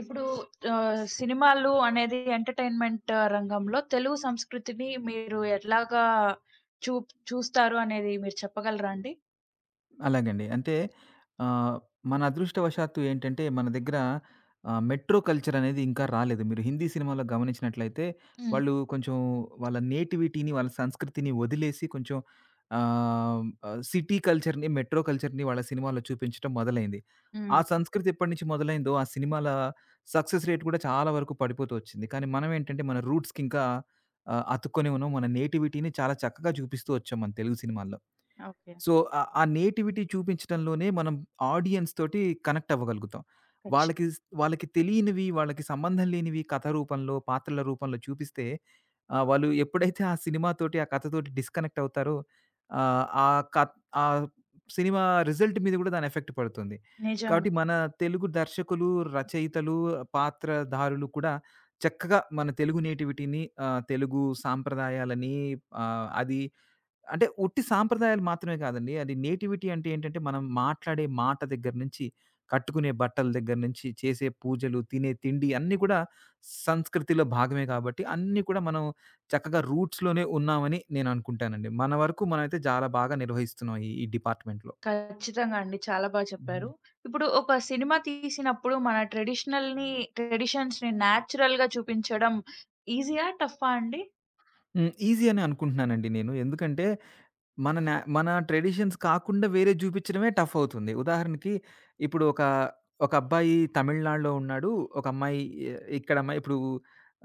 ఇప్పుడు సినిమాలు అనేది ఎంటర్‌టైన్‌మెంట్ రంగంలో తెలుగు సంస్కృతిని మీరు ఎట్లాగా చూస్తారు అనేది మీరు చెప్పగలరా అండి? అలాగండి. అంటే ఆహ్, మన అదృష్టవశాత్తు ఏంటంటే మన దగ్గర మెట్రో కల్చర్ అనేది ఇంకా రాలేదు. మీరు హిందీ సినిమాలో గమనించినట్లయితే హ్మ్. వాళ్ళు కొంచెం వాళ్ళ నేటివిటీని, వాళ్ళ సంస్కృతిని వదిలేసి కొంచెం ఆహ్, ఆహ్, సిటీ కల్చర్‌ని, మెట్రో కల్చర్‌ని వాళ్ళ సినిమాల్లో చూపించటం మొదలైంది. ఆ హ్మ్. సంస్కృతి ఎప్పటినుంచి మొదలైందో ఆ సినిమాల సక్సెస్ రేట్ కూడా చాలా వరకు పడిపోతూ వచ్చింది. కానీ మనం ఏంటంటే మన రూట్స్‌కి ఇంకా అతుక్కొని ఉన్నాం. మన నేటివిటీని చాలా చక్కగా చూపిస్తూ వచ్చాం మన తెలుగు సినిమాల్లో. ఓకే. సో, ఆ నేటివిటీ చూపించటంలోనే మనం ఆడియన్స్ తోటి కనెక్ట్ అవ్వగలుగుతాం. ఖచ్చి వాళ్ళకి వాళ్ళకి తెలియనివి, వాళ్ళకి సంబంధం లేనివి కథ రూపంలో, పాత్రల రూపంలో చూపిస్తే వాళ్ళు ఎప్పుడైతే ఆ సినిమాతోటి, ఆ కథతోటి డిస్కనెక్ట్ అవుతారో ఆహ్, ఆ కత్ ఆ సినిమా రిజల్ట్ మీద కూడా దాని ఎఫెక్ట్ పడుతుంది. నిజంగా. కాబట్టి మన తెలుగు దర్శకులు, రచయితలు, పాత్రధారులు కూడా చక్కగా మన తెలుగు నేటివిటీని, తెలుగు సాంప్రదాయాలని ఆహ్, అది అంటే ఉట్టి సాంప్రదాయాలు మాత్రమే కాదండి. అది నేటివిటీ అంటే ఏంటంటే, మనం మాట్లాడే మాట దగ్గర నుంచి, కట్టుకునే బట్టల దగ్గర నుంచి, చేసే పూజలు, తినే తిండి అన్నీ కూడా సంస్కృతిలో భాగమే కాబట్టి, అన్నీ కూడా మనం చక్కగా రూట్స్‌లోనే ఉన్నామని నేను అనుకుంటానండి. మన వరకు మనమైతే చాలా బాగా నిర్వహిస్తున్నాం ఈ ఈ డిపార్ట్‌మెంట్‌లో. ఖచ్చితంగా అండి. చాలా బా హుహు. చెప్పారు. ఇప్పుడు ఒక సినిమా తీసినప్పుడు మన ట్రెడిషన్స్‌ని న్యాచురల్‌గా చూపించడం ఈజీయా? టఫా అండి? హ్మ్. ఈజీ అని అనుకుంటున్నానండి నేను. ఎందుకంటే మన మన ట్రెడిషన్స్ కాకుండా వేరేది జూపిచ్చడమే టఫ్ అవుతుంది. ఉదాహరణకి ఇప్పుడు ఒక అబ్బాయి తమిళనాడులో ఉన్నాడు. ఒక అమ్మాయి ఎ ఇక్కడ అమ్మాయి ఇప్పుడు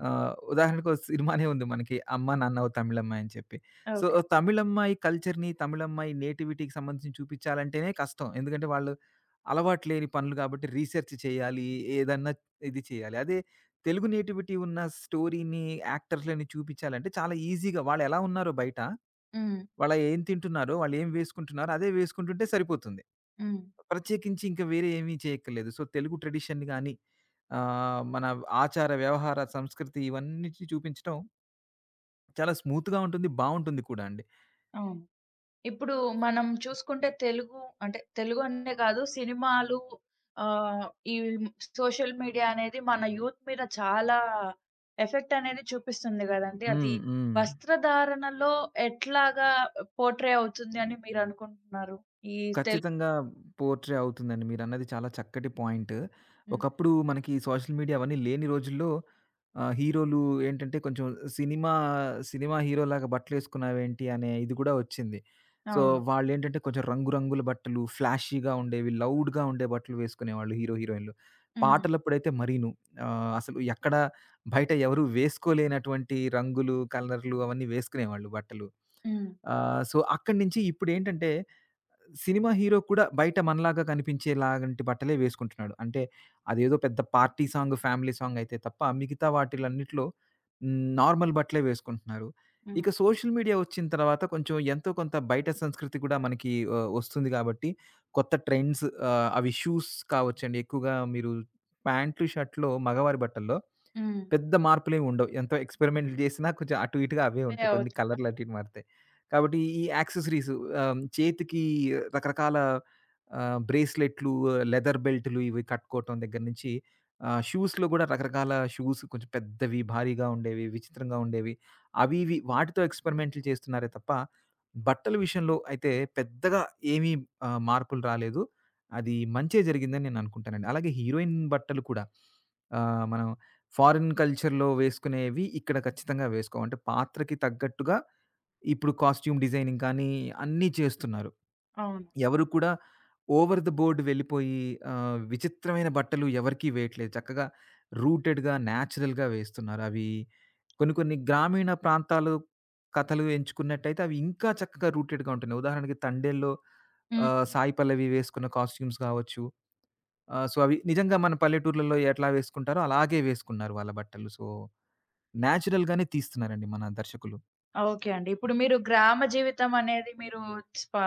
ఉదాహరణకు ఒక సినిమానే ఉంది మనకి 'అమ్మ నాన్న ఓ తమిళమ్మాయి' అని చెప్పి. So, okay. ఓ తమిళమ్మాయి కల్చర్‌ని, తమిళమ్మాయి నేటివిటీకి సంబంధించి చూపిచ్చాలంటేనే కష్టం. ఎందుకంటే వాళ్ళు అలవాటు లేని పనులు కాబట్టి రీసెర్చ్ చేయాలి. ఏదన్నా ఇది చేయాలి. అదే తెలుగు నేటివిటీ ఉన్న స్టోరీని, యాక్టర్స్‌లని చూపిచ్చాలంటే చాలా ఈజీగా వాళ్ళెలా ఉన్నారో బయట హ్మ్. వాళ్ళా ఏం తింటున్నారో, వాళ్ళేం వేసుకుంటున్నారో అదే వేసుకుంటుంటే సరిపోతుంది. హ్మ్. ప్రత్యేకించి ఇంక వేరే ఏమీ చేయక్కర్లేదు. సో, తెలుగు ట్రెడిషన్ గాని, మన ఆచార, వ్యవహార, సంస్కృతి ఇవన్నిటిని చూపించటం చాలా స్మూత్‌గా ఉంటుంది. బావుంటుంది కూడా అండి. అవును. ఇప్పుడు మనం చూసుకుంటే తెలుగు అంటే తెలుగు అనే కాదు సినిమాలు ఆహ్, ఈ సోషల్ మీడియా అనేది మన యూత్ మీద చాలా ఎఫెక్ట్ అనేది చూపిస్తుంది గదండీ! అది హ్మ్. హ్మ్. వస్త్రధారణలో ఎట్లాగా పోర్ట్రే అవుతుంది అని మీరనుకుంటున్నారు? ఈ తెల్ ఖచ్చితంగా పోర్ట్రే అవుతుందండి. మీరన్నది చాలా చక్కటి పాయింట్. హ్మ్. ఒకప్పుడు మనకి సోషల్ మీడియా అవన్నీ లేని రోజుల్లో హీరోలు ఏంటంటే కొంచెం సినిమా, సినిమా హీరోలాగా బట్టలేసుకున్నావేంటి అనే ఇది గూడా వచ్చింది. సో, అవును. వాళ్ళేంటంటే కొంచెం రంగు రంగుల బట్టలు, ఫ్లాషీగా ఉండేవి, లౌడ్‌గా ఉండే బట్టలు వేసుకునేవాళ్ళు హీరో, హీరోయిన్‌లు. హ్మ్. పాటలప్పుడైతే మరీను. అసలు ఎక్కడ బయట ఎవరు వేసుకోలేనటువంటి రంగులు, కలర్లు అవన్నీ వేసుకునేవాళ్ళు బట్టలు. హ్మ్. సో, అక్కడి నుంచి ఇప్పుడేంటంటే సినిమా హీరో కూడా బయట మనలాగా కనిపించేలాంటి బట్టలే వేసుకుంటున్నాడు. అంటే అదేదో పెద్ద పార్టీ సాంగ్, ఫ్యామిలీ సాంగ్ అయితే తప్ప మిగతా వాటిలన్నిట్లో నార్మల్ బట్టలే వేసుకుంటున్నారు. హ్మ్. ఇక సోషల్ మీడియా వచ్చిన తర్వాత కొంచెం ఎంతో కొంత బయట సంస్కృతి కూడా మనకి వస్తుంది కాబట్టి కొత్త ట్రెండ్స్, అవి షూస్ కావచ్చండి. ఎక్కువగా మీరు ప్యాంట్లు, షర్ట్‌లో మగవారి బట్టల్లో హ్మ్. పెద్ద మార్పులేమి ఉండవు. ఎంతో ఎక్స్‌పెరిమెంట్లు జేసినా కొంచెం అటు ఇటుగా అవే వే ఉంటాయి. కొన్ని అవుతు కలర్‌లు అటు ఇటు మారతాయి. కాబట్టి ఈ యాక్సెసరీస్, చేతికి రకరకాల బ్రేస్‌లెట్లు, లెదర్ బెల్టులు ఇవి కట్టుకోవటం దగ్గర నుంచి షూస్‌లో గూడా రకరకాల షూస్ కొంచెం పెద్దవి, భారీగా ఉండేవి, విచిత్రంగా ఉండేవి. అవి ఇవి వాటితో ఎక్స్‌పెరిమెంట్లు చేస్తున్నారే తప్ప బట్టల విషయంలో అయితే పెద్దగా ఏమీ మార్పులు రాలేదు. అది మంచే జరిగిందని నేననుకుంటానండి. అలాగే హీరోయిన్ బట్టలు కూడా, మనం ఫారిన్ కల్చర్‌లో వేసుకునేవి ఇక్కడ ఖచ్చితంగా వేసుకోం. అంటే పాత్రకి తగ్గట్టుగా ఇప్పుడు కాస్ట్యూమ్ డిజైనింగ్ కానీ అన్నీ చేస్తున్నారు. అవును. ఎవరు కూడా ఓవర్ ది బోర్డ్ వెళ్ళిపోయి విచిత్రమైన బట్టలు ఎవరికీ వేయట్లేదు. చక్కగా రూటెడ్‌గా, న్యాచురల్‌గా వేస్తున్నారు. అవి కొన్ని కొన్ని గ్రామీణ ప్రాంతాలు కథలు ఎంచుకున్నట్టయితే అవి ఇంకా చక్కగా రూటెడ్‌గా ఉంటున్నాయి. ఉదాహరణకి తండేల్లో హ్మ్. సాయి పల్లవి వేసుకున్న కాస్ట్యూమ్స్ కావచ్చు. సో, అవి నిజంగా మన పల్లెటూర్లలో ఎట్లా వేసుకుంటారో అలాగే వేసుకున్నారు వాళ్ళ బట్టలు. సో నేచురల్‌గానే తీస్తున్నారండి మన దర్శకులు. ఓకే అండి. ఇప్పుడు మీరు గ్రామ జీవితం అనేది మీరు స్పా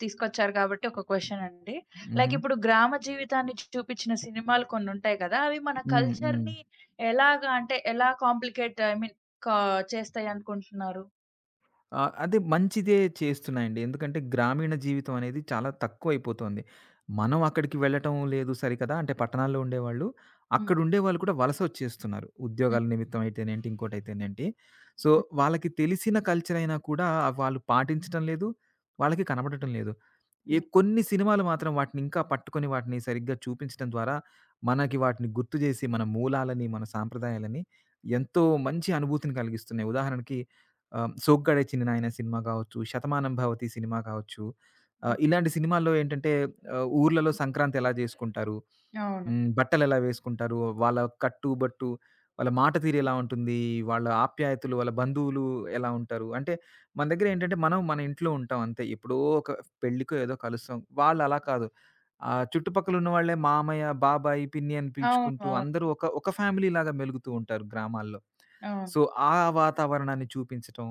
తీసుకొచ్చారు కాబట్టి ఒక క్వెషన్ అండి. లైక్ హుహు. ఇప్పుడు గ్రామ జీవితాన్ని చూపించిన సినిమాలు కొన్ని ఉంటాయి కదా! అవి మన హ్మ్. హ్మ్. కల్చర్‌ని ఎలాగా అంటే ఎలా కాంప్లికేట్ ఐ మీన్ కా చేస్తాయి అనుకుంటున్నారు? ఆ, అదే మంచిదే చేస్తున్నాయండి. ఎందుకంటే గ్రామీణ జీవితం అనేది చాలా తక్కువైపోతోంది. మనం అక్కడికి వెళ్ళటం లేదు సరికదా! అంటే పట్టణాల్లో ఉండేవాళ్ళు, హ్మ్. అక్కడుండేవాళ్ళు కూడా వలసొచ్చేస్తున్నారు. హ్మ్. ఉద్యోగాల నిమిత్తం అయితేనేంటి, ఇంకోటైతేనేంటి. సో, హ్మ్. వాళ్ళకి తెలిసిన కల్చర్ అయినా కూడా అవి వాళ్ళు పాటించటం లేదు, వాళ్ళకి కనపడటం లేదు. ఏ హ్మ్. కొన్ని సినిమాలు మాత్రం వాటిని ఇంకా పట్టుకొని వాటిని సరిగ్గా చూపించడం ద్వారా మనకి వాటిని గుర్తు జేసి మన మూలాలని, మన సాంప్రదాయాలని హ్మ్. ఎంతో మంచి అనుభూతిని కలిగిస్తున్నాయి. ఉదాహరణకి 'సోగ్గాడే చిన్నినాయన' సినిమా కావచ్చు, 'శతమానం భవతి' సినిమా కావచ్చు. హ్మ్. ఇలాంటి సినిమాల్లో ఏంటంటే ఊర్లలో సంక్రాంతి ఎలా జేసుకుంటారు? అవును. బట్టలెలా వేసుకుంటారు? వాళ్ళ కట్టు, బట్టు, వాళ్ళ మాట తీరు ఎలా ఉంటుంది? వాళ్ళ ఆప్యాయతలు, వాళ్ళ బంధువులు ఎలా ఉంటారు? అంటే మన దగ్గర ఏంటంటే మనం మన ఇంట్లో ఉంటాం అంతే. ఎప్పుడో ఒక పెళ్ళికో ఏదో కలుస్తాం. వాళ్ళు అలా కాదు. చుట్టుపక్కల ఉన్నవాళ్ళే మామయ్య, బాబాయి, పిన్ని అని అవును. పిలుచుకుంటూ అవును. అందరూ ఒక ఒక ఫ్యామిలీలాగా మెలుగుతూ ఉంటారు గ్రామాల్లో. అవును. సో, ఆ వాతావరణాన్ని చూపించటం.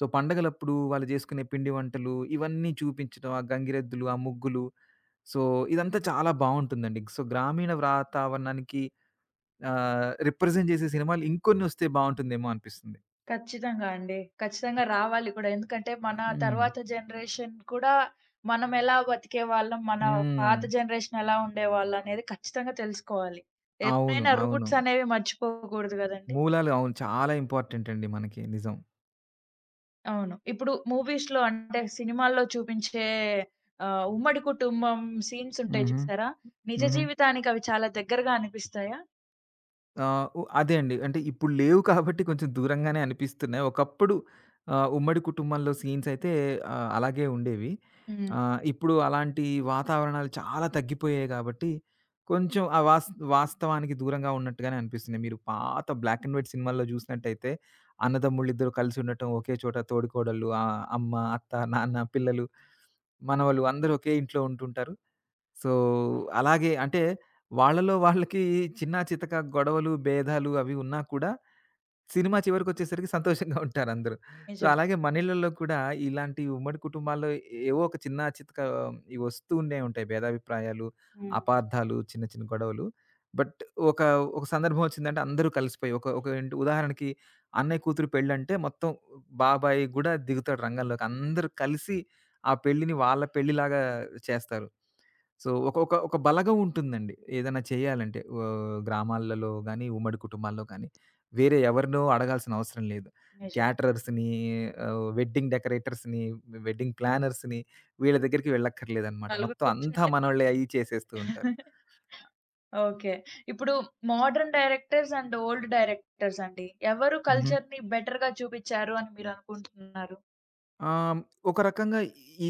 సో, పండగలప్పుడు వాళ్ళు జేసుకునే పిండి వంటలు, ఇవన్నీ చూపించటం. ఆ గంగిరెద్దులు, ఆ ముగ్గులు. సో, ఇదంతా చాలా బావుంటుందండి. సో, గ్రామీణ వాతావరణానికి రిప్రజెంట్ జేసే సినిమాలు ఇంకొన్ని ఒస్తే బావుంటుందేమో అనిపిస్తుంది. ఖచ్చితంగా అండి. ఖచ్చితంగా రావాలి కూడా. ఎందుకంటే మన హ్మ్. తర్వాత జనరేషన్ కూడా మనం ఎలా బతికేవాళ్ళం, మన హ్మ్. పాత జనరేషన్ ఎలా ఉండేవాళ్ళనేది ఖచ్చితంగా తెలుసుకోవాలి. అవును. ఎప్పుడైనా అవును. రూట్స్ అనేవి మర్చిపోకూడదు గదండీ! మూలాలు అవును. చాలా ఇంపార్టెంట్ అండి మనకి. నిజం. అవును. ఇప్పుడు మూవీస్‌లో అంటే సినిమాల్లో చూపించే ఉమ్మడి కుటుంబం సీన్స్ ఉంటాయి హుహు. చూసారా? నిజ హుహు. జీవితానికి అవి చాలా దగ్గరగా అనిపిస్తాయా? ఆ! అదే అండి. అంటే ఇప్పుడు లేవు కాబట్టి కొంచెం దూరంగానే అనిపిస్తున్నాయి. ఒకప్పుడు ఉమ్మడి కుటుంబంలో సీన్స్ అయితే అలాగే ఉండేవి. హ్మ్. ఇప్పుడు అలాంటి వాతావరణాలు చాలా తగ్గిపోయాయి కాబట్టి కొంచెం ఆ వాస్తవానికి దూరంగా ఉన్నట్టుగానే అనిపిస్తున్నాయి. మీరు పాత బ్లాక్ అండ్ వైట్ సినిమాల్లో చూసినట్టయితే అన్నదమ్ములిద్దరూ కలిసి ఉండటం, ఒకే చోట తోడికోడళ్ళు, అమ్మ, అత్త, నాన్న, పిల్లలు, మనవలు అందరూ ఒకే ఇంట్లో ఉంటుంటారు. సో, అలాగే అంటే వాళ్ళలో వాళ్ళకి చిన్నా చితకా గొడవలు, భేదాలు అవి ఉన్నా కూడా సినిమా చివరికొచ్చేసరికి సంతోషంగా ఉంటారందరూ. సో, నిజం. అలాగే మన ఇళ్ళల్లో కూడా ఇలాంటి ఉమ్మడి కుటుంబాల్లో ఏవో ఒక చిన్న చితక ఇవొస్తూ ఉండే ఉంటాయి. భేదాభిప్రాయాలు, హ్మ్. అపార్థాలు, చిన్న చిన్న గొడవలు. బట్ ఒక, ఒక సందర్భం వచ్చిందంటే అందరూ కలిసిపోయి ఒక ఒక ఏంటి, ఉదాహరణకి అన్నయ్య కూతురు పెళ్ళంటే మొత్తం బాబాయి గూడా దిగుతాడు రంగంలోకి. అందరూ కలిసి ఆ పెళ్ళిని వాళ్ళ పెళ్ళిలాగా చేస్తారు. సో, ఒక ఒక ఒక బలగం ఉంటుందండి. ఏదైనా చేయాలంటే. ఓహ్, గ్రామాలలో గాని, ఉమ్మడి కుటుంబాల్లో గాని. వేరే ఎవరినో అడగాల్సిన అవసరం లేదు. నిజం. క్యాటరర్స్‌ని, వెడ్డింగ్ డెకరేటర్స్‌ని, వెడ్డింగ్ ప్లానర్స్‌ని వీళ్ళ దగ్గరికి వెళ్ళక్కర్లేదనమాట. నలుగురు మొత్తం అంతా కూర్చుంటే మనోళ్ళే అయ్యి చేసేస్తూ ఉంటారు. ఓకే. ఇప్పుడు modern directors and old directors అండి. ఎవరు హుహు. కల్చర్‌ని బెటర్‌గా చూపిచ్చారు అని మీరనుకుంటున్నారు? ఆహ్, ఒక రకంగా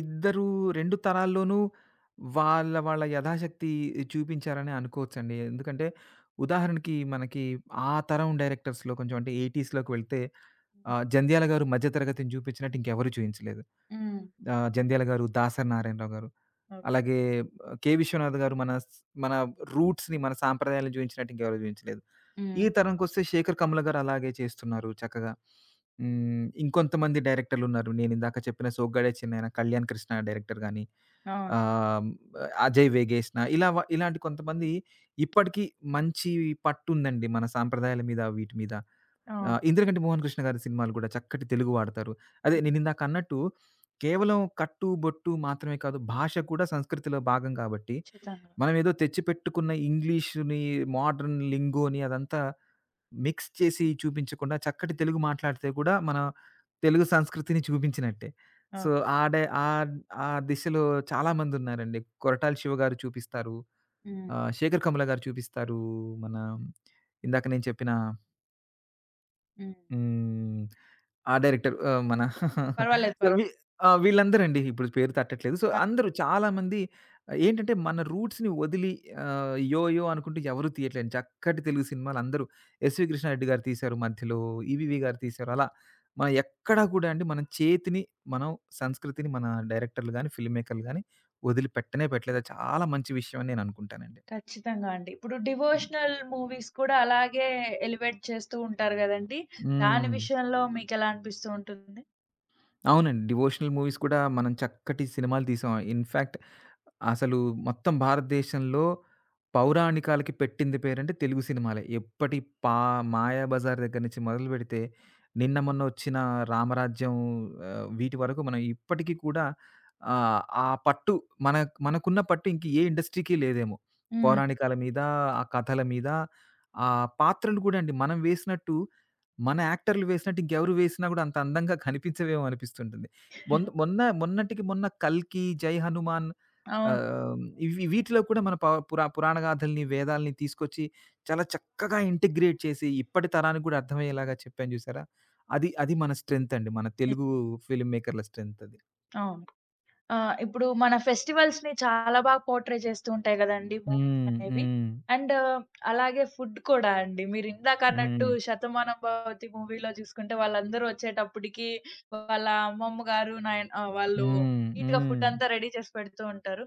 ఇద్దరు 2 తరాల్లోనూ వాళ్ళ, వాళ్ళ యథాశక్తి చూపించారనే అనుకోవచ్చండి. ఎందుకంటే ఉదాహరణకి మనకి ఆ తరం డైరెక్టర్స్‌లో కొంచెం అంటే 80స్‌లోకి వెళ్తే హ్మ్. 'జంధ్యాల' గారు మధ్య తరగతిని చూపించినట్టు ఇంకెవరు చూయించలేదు. హ్మ్. 'జంధ్యాల' గారు, 'దాసరి నారాయణరావు' గారు, ఓకే. అలాగే 'కె. విశ్వనాథ్' గారు మన రూట్స్‌ని, మన సాంప్రదాయాలను చూయించినట్టు ఇంకెవరు చూయించలేదు. ఈ హ్మ్. తరంకొస్తే 'శేఖర్ కమ్ముల' గారు అలాగే చేస్తున్నారు చక్కగా. హ్మ్, ఇంకొంతమంది డైరెక్టర్లున్నారు. నేనిందాక చెప్పిన 'సోగ్గాడే చిన్నైన', 'కళ్యాణ్ కృష్ణ' డైరెక్టర్ గాని, అవును. ఆహ్, 'అజయ్ వేగేశ్న' ఇలాంటి కొంతమంది ఇప్పటికీ మంచి పట్టుందండి మన సాంప్రదాయాల మీద, వీటి మీద. ఆ! అవును. 'ఇంద్రకంటి మోహన్ కృష్ణ' గారి సినిమాలు కూడా చక్కటి తెలుగు వాడతారు. అదే ఉమ్, నేనిందాకన్నట్టు కేవలం కట్టు, బొట్టు మాత్రమే కాదు భాష కూడా సంస్కృతిలో భాగం కాబట్టి, ఖచ్చితంగా. మనమేదో తెచ్చిపెట్టుకున్న ఇంగ్లీష్‌ని, మోడర్న్ లింగోని అదంతా మిక్స్ చేసి చూపించకుండా చక్కటి తెలుగు మాట్లాడితే కూడా మన తెలుగు సంస్కృతిని చూపించినట్టే. ఓకే. సో, ఆడే ఆహ్, ఆ దిశలో చాలామందున్నారండి. కొరటాల శివ గారు చూపిస్తారు. హ్మ్. శేఖర్ కమ్ల గారు చూపిస్తారు. మన ఇందాక నేను చెప్పిన హ్మ్. హ్మ్. ఆ డైరెక్టర్ మన పర్వాలేదు. సో, పర్వాలేదు. ఆ! వీళ్ళందరండి. ఇప్పుడు పేరు తట్టట్లేదు. సో, ఆ! అందరూ చాలామంది ఏంటంటే, మన రూట్స్‌ని వదిలి 'యో యో' అనుకుంటూ ఎవరు తీయట్లేదు. చక్కటి తెలుగు సినిమాలు అందరూ. 'ఎస్వి కృష్ణారెడ్డి' గారు తీశారు మధ్యలో, 'ఈవీవి' గారు తీశారు. అలా మనం ఎక్కడా కూడా అండి మన చేతిని, మనం సంస్కృతిని మన డైరెక్టర్లు గాని, ఫిల్మ్ మేకర్లు గాని వదిలిపెట్టనే పెట్టలేదు. అది చాలా మంచి విషయం అని నేను అనుకుంటానండి. ఖచ్చితంగా అండి. ఇప్పుడు డివోషనల్ మూవీస్ కూడా అలాగే ఎలివేట్ చేస్తూ ఉంటారు గదండీ! దాని హ్మ్. విషయంలో మీకెలా అనిపిస్తూ ఉంటుంది? అవునండి. డివోషనల్ మూవీస్ కూడా మనం చక్కటి సినిమాలు తీసాం. ఇన్‌ఫాక్ట్ అసలు మొత్తం భారతదేశంలో పౌరాణికాలకి పెట్టింది పేరంటే తెలుగు సినిమాలే. ఎప్పటి పా 'మాయాబజార్' దగ్గర నుంచి మొదలుపెడితే, నిన్న మొన్న వచ్చిన 'రామరాజ్యం' వీటి వరకు మనం ఇప్పటికి కూడా ఆ పట్టు మన మనకున్న పట్టు ఇంక ఏ ఇండస్ట్రీకి లేదేమో. హ్మ్. పౌరాణికాల మీద, ఆ కథల మీద, ఆ పాత్రలు కూడా అండి మనం వేసినట్టు మన యాక్టర్లు వేసినట్టు ఇంకెవరు వేసినా గూడా అంత అందంగా కనిపించవేమో అనిపిస్తుంటుంది. మొన్న 'కల్కి', 'జై హనుమాన్' అవును. ఆహ్, ఇవి వీటిలో కూడా మన ప పురా పురాణ గాథల్ని, వేదాల్ని తీసుకొచ్చి చాలా చక్కగా ఇంటిగ్రేట్ చేసి ఇప్పటి తరానికి గూడా అర్థమయ్యేలాగా చెప్పాను జూసారా? అది అది మన స్ట్రెంత్ అండి. మన నిజ్ తెలుగు ఫిల్మ్ మేకర్‌ల స్ట్రెంత్ అది. అవును. ఆ! ఇప్పుడు మన ఫెస్టివల్స్‌ని చాలా బాగా పోర్ట్రే చేస్తూ ఉంటాయి గదండీ మూవీస్ హ్మ్. అనేవి. హ్మ్. అండ్ అలాగే ఫుడ్ కూడా అండి. మీరిందాకన్నట్టు హ్మ్. 'శతమానం భవతి' మూవీలో చూసుకుంటే వాళ్ళందరూ వచ్చేటప్పటికి వాళ్ళ అమ్మమ్మ గారు నాయన వాళ్ళు హ్మ్. నీట్‌గా హ్మ్. ఫుడ్ అంతా రెడీ చేసి పెడుతూ ఉంటారు.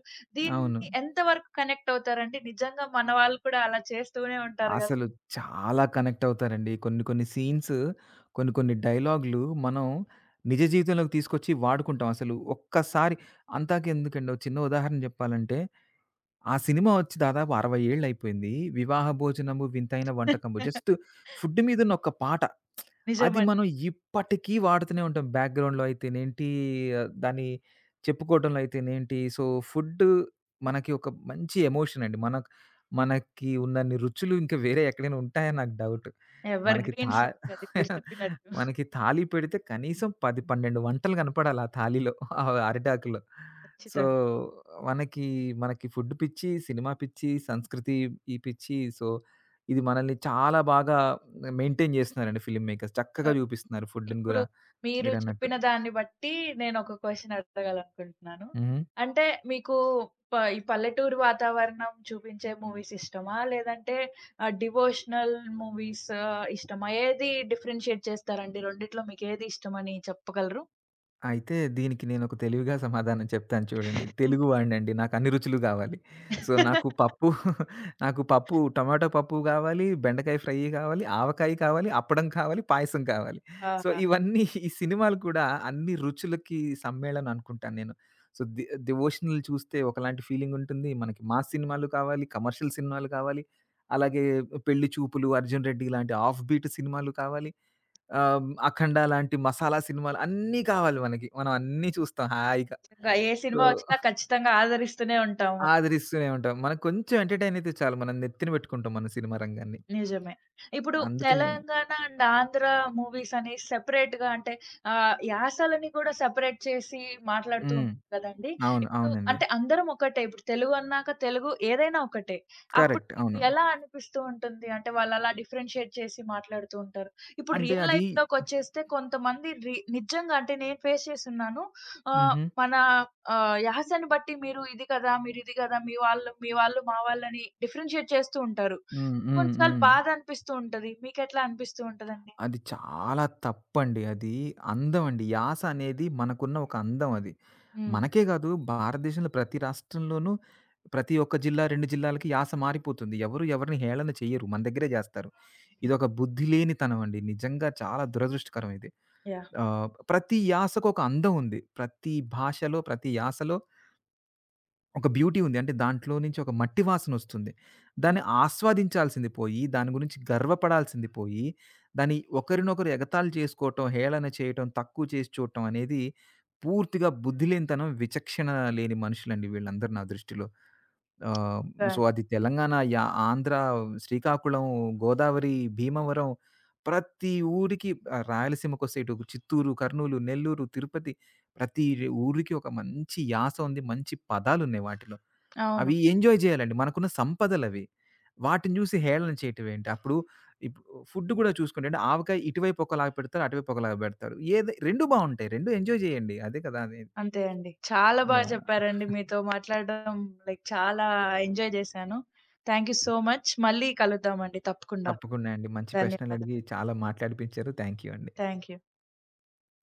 అవును. దీన్ని ఎంత వరకు కనెక్ట్ అవుతారండి? నిజంగా మన వాళ్ళు కూడా అలా చేస్తూనే ఉంటారు గదా! అసలు చాలా కనెక్ట్ అవుతారండి. కొన్ని కొన్ని సీన్స్, కొన్ని కొన్ని డైలాగ్‌లు మనం నిజ జీవితంలోకి తీసుకొచ్చి వాడుకుంటాం. అసలు ఒక్కసారి అంతాకెందుకండి ఒక చిన్న ఉదాహరణ జెప్పాలంటే ఆ సినిమా వచ్చి దాదాపు 60 ఏళ్లయిపోయింది. 'వివాహ భోజనము వింతైన వంటకము' జస్ట్ ఫుడ్ మీదున్న ఒక పాట. అది నిజమండి. మనం ఇప్పటికీ వాడుతూనే ఉంటాం. బ్యాక్‌గ్రౌండ్‌లో అయితేనేంటి, దాన్ని చెప్పుకోవడంలో అయితేనేంటి. సో, ఫుడ్ మనకి ఒక మంచి ఎమోషన్ అండి. మనకి ఉన్నన్ని రుచులు ఇంకా వేరే ఎక్కడైనా ఉంటాయా నాకు డౌట్. ఎవర్ మనకి గ్రీన్ సాంగ్ అది మీరు చెప్పినట్టు. మనకి థాలీ పెడితే కనీసం 10, 12 వంటలు కనపడాలి ఆ థాలీలో. ఆ అరిటాకులో. సో, ఖచ్చితంగా. మనకి, మనకి ఫుడ్ పిచ్చి, సినిమా పిచ్చి, సంస్కృతి ఈ పిచ్చి. సో, ఇది మనల్ని చాలా బాగా మెయింటైన్ చేస్తున్నారండి ఫిల్మ్ మేకర్స్. చక్కగా చూపిస్తున్నారు ఫుడ్‌ని ఇప్పుడు గూడా మీరు మీరన్నట్టు. చెప్పిన దాన్ని బట్టి నేనొక క్వెషన్ అడగాలనుకుంటున్నాను. హ్మ్. అంటే మీకు ఈ పల్లెటూరు వాతావరణం చూపించే మూవీస్ ఇష్టమా? లేదంటే డివోషనల్ మూవీస్ ఇష్టమా? ఏది డిఫరెన్షియేట్ చేస్తారండి? రెండిట్లో మీకేది ఇష్టమని చెప్పగలరు? అయితే దీనికి నేనొక తెలివిగా సమాధానం చెప్తాను చూడండి. తెలుగు వాడినండి. నాకన్ని రుచులు గావాలి. సో, నాకు పప్పు నాకు పప్పు టమాటో పప్పు గావాలి, బెండకాయ ఫ్రై గావాలి, ఆవకాయ కావాలి, అప్పడం కావాలి, పాయసం కావాలి. సో, ఆహా! ఇవన్నీ ఈ సినిమాలు కూడా అన్ని రుచులకి సమ్మేళనం అనుకుంటాను నేను. సో, ది 'డివోషనల్' చూస్తే ఒకలాంటి ఫీలింగుంటుంది. మనకి మాస్ సినిమాలు కావాలి, కమర్షియల్ సినిమాలు కావాలి, అలాగే 'పెళ్లి చూపులు', 'అర్జున్ రెడ్డి' ఇలాంటి ఆఫ్ బీట్ సినిమాలు కావాలి. 'అఖండ' లాంటి మసాలా సినిమాలు అన్నీ కావాలి మనకి. మనం అన్నీ చూస్తాం హాయిగా. ఇంగా ఏ సో, సినిమా వచ్చినా ఖచ్చితంగా ఆదరిస్తూనే ఉంటాము. ఆదరిస్తూనే ఉంటాం. మనకు కొంచెం ఎంటర్‌టైన్ అయితే చాలు. మనం నెత్తిన పెట్టుకుంటాం మన సినిమా రంగాన్ని. నిజమే. ఇప్పుడు అందుకనే 'తెలంగాణ అండ్ ఆంధ్ర' మూవీస్ అని సెపరేట్‌గా అంటే యాసలని కూడా సెపరేట్ చేసి మాట్లాడుతూ హ్మ్. ఉంటారు కదండీ! అవును. ఇప్పుడు అవునండి. అంటే అందరం ఒకటే. ఇప్పుడు తెలుగు అన్నాక తెలుగు ఏదైనా ఒకటే. అప్పుడు కరెక్ట్. మీకు అవును. ఎలా అనిపిస్తూ ఉంటుంది? అంటే వాళ్ళు అలా డిఫరెన్షియేట్ చేసి మాట్లాడుతూ ఉంటారు. ఇప్పుడు అంటే రియల్ అది లైఫ్‌లోకొచ్చేస్తే కొంతమంది నిజంగా అంటే నేను ఫేస్ చేసున్నాను. ఆహ్, హుహు. మన యాసని బట్టి మీరు ఇది కదా! మీరు ఇది కదా! మీ వాళ్ళు, మా వాళ్ళని డిఫరెన్షియేట్ చేస్తూ ఉంటారు. హ్మ్. హ్మ్. కొన్ని సార్లు హ్మ్. బాధ అనిపిస్తూ ఉంటది. మీకెట్లా అనిపిస్తూ ఉంటదండి? అది చాలా తప్పండి. అది అందమండి. యాస అనేది మనకున్న ఒక అందం అది. హ్మ్. మనకే గాదు, భారతదేశంలో ప్రతి రాష్ట్రంలోనూ, ప్రతి ఒక్క జిల్లా, 2 జిల్లాలకి యాస మారిపోతుంది. ఎవరు ఎవరిని హేళన చెయ్యరు. మన దగ్గరే జేస్తారు. హ్మ్. ఇదొక బుద్ధి లేనితనం అండి. నిజంగా చాలా దురదృష్టకరం ఇది. యాహ్! ప్రతి యాసకు ఒక అందం ఉంది. ప్రతి భాషలో, ప్రతి యాసలో ఒక బ్యూటీ ఉంది. అంటే దాంట్లో నుంచి ఒక మట్టి వాసనొస్తుంది. హ్మ్. దాన్ని ఆస్వాదించాల్సింది పోయి, దాని గురించి గర్వపడాల్సింది పోయి, దాన్ని ఒకరినొకరు ఎగతాళి చేసుకోవటం, హేళన చేయటం, తక్కువ చేసి చూడటం అనేది పూర్తిగా బుద్ధిలేనితనం, విచక్షణ లేని మనుషులండి వీళ్ళందరూ నా దృష్టిలో. ఆహ్, అదే సో, అండి. అది తెలంగాణ, ఆంధ్ర, శ్రీకాకుళం, గోదావరి, భీమవరం ప్రతి ఊరికి, రాయలసీమకొస్తే ఇటు చిత్తూరు, కర్నూలు, నెల్లూరు, తిరుపతి ప్రతి ఊరికి ఒక మంచి యాస ఉంది. మంచి పదాలున్నాయి వాటిలో. అవును. అవి ఎంజాయ్ జేయాలండి. మనకున్న సంపదలవి. వాటిని జూసి హేళన చేయటమేంటి? అప్పుడు ఇప్ ఫుడ్ గూడా చూసుకుంటే అంటే ఆవకాయ ఇటువైపు ఒకలాగా పెడతారు. అటువైపు ఒకలాగా పెడతారు. ఏది 2 బావుంటాయి. 2 ఎంజాయ్ జేయండి. అదే కదా! అది అంతే అండి. చాలా బాగా యాహ్! చెప్పారండి. మీతో మాట్లాడడం లైక్ చాలా ఎంజాయ్ చేశాను. Thank you so much. మళ్ళీ కలుద్దామండి తప్పకుండా. తప్పకుండా అండి. మంచి ధన్యవాదాలు. ప్రశ్నలడిగి చాలా మాట్లాడిపించారు. థ్యాంక్ యూ అండి. Thank you.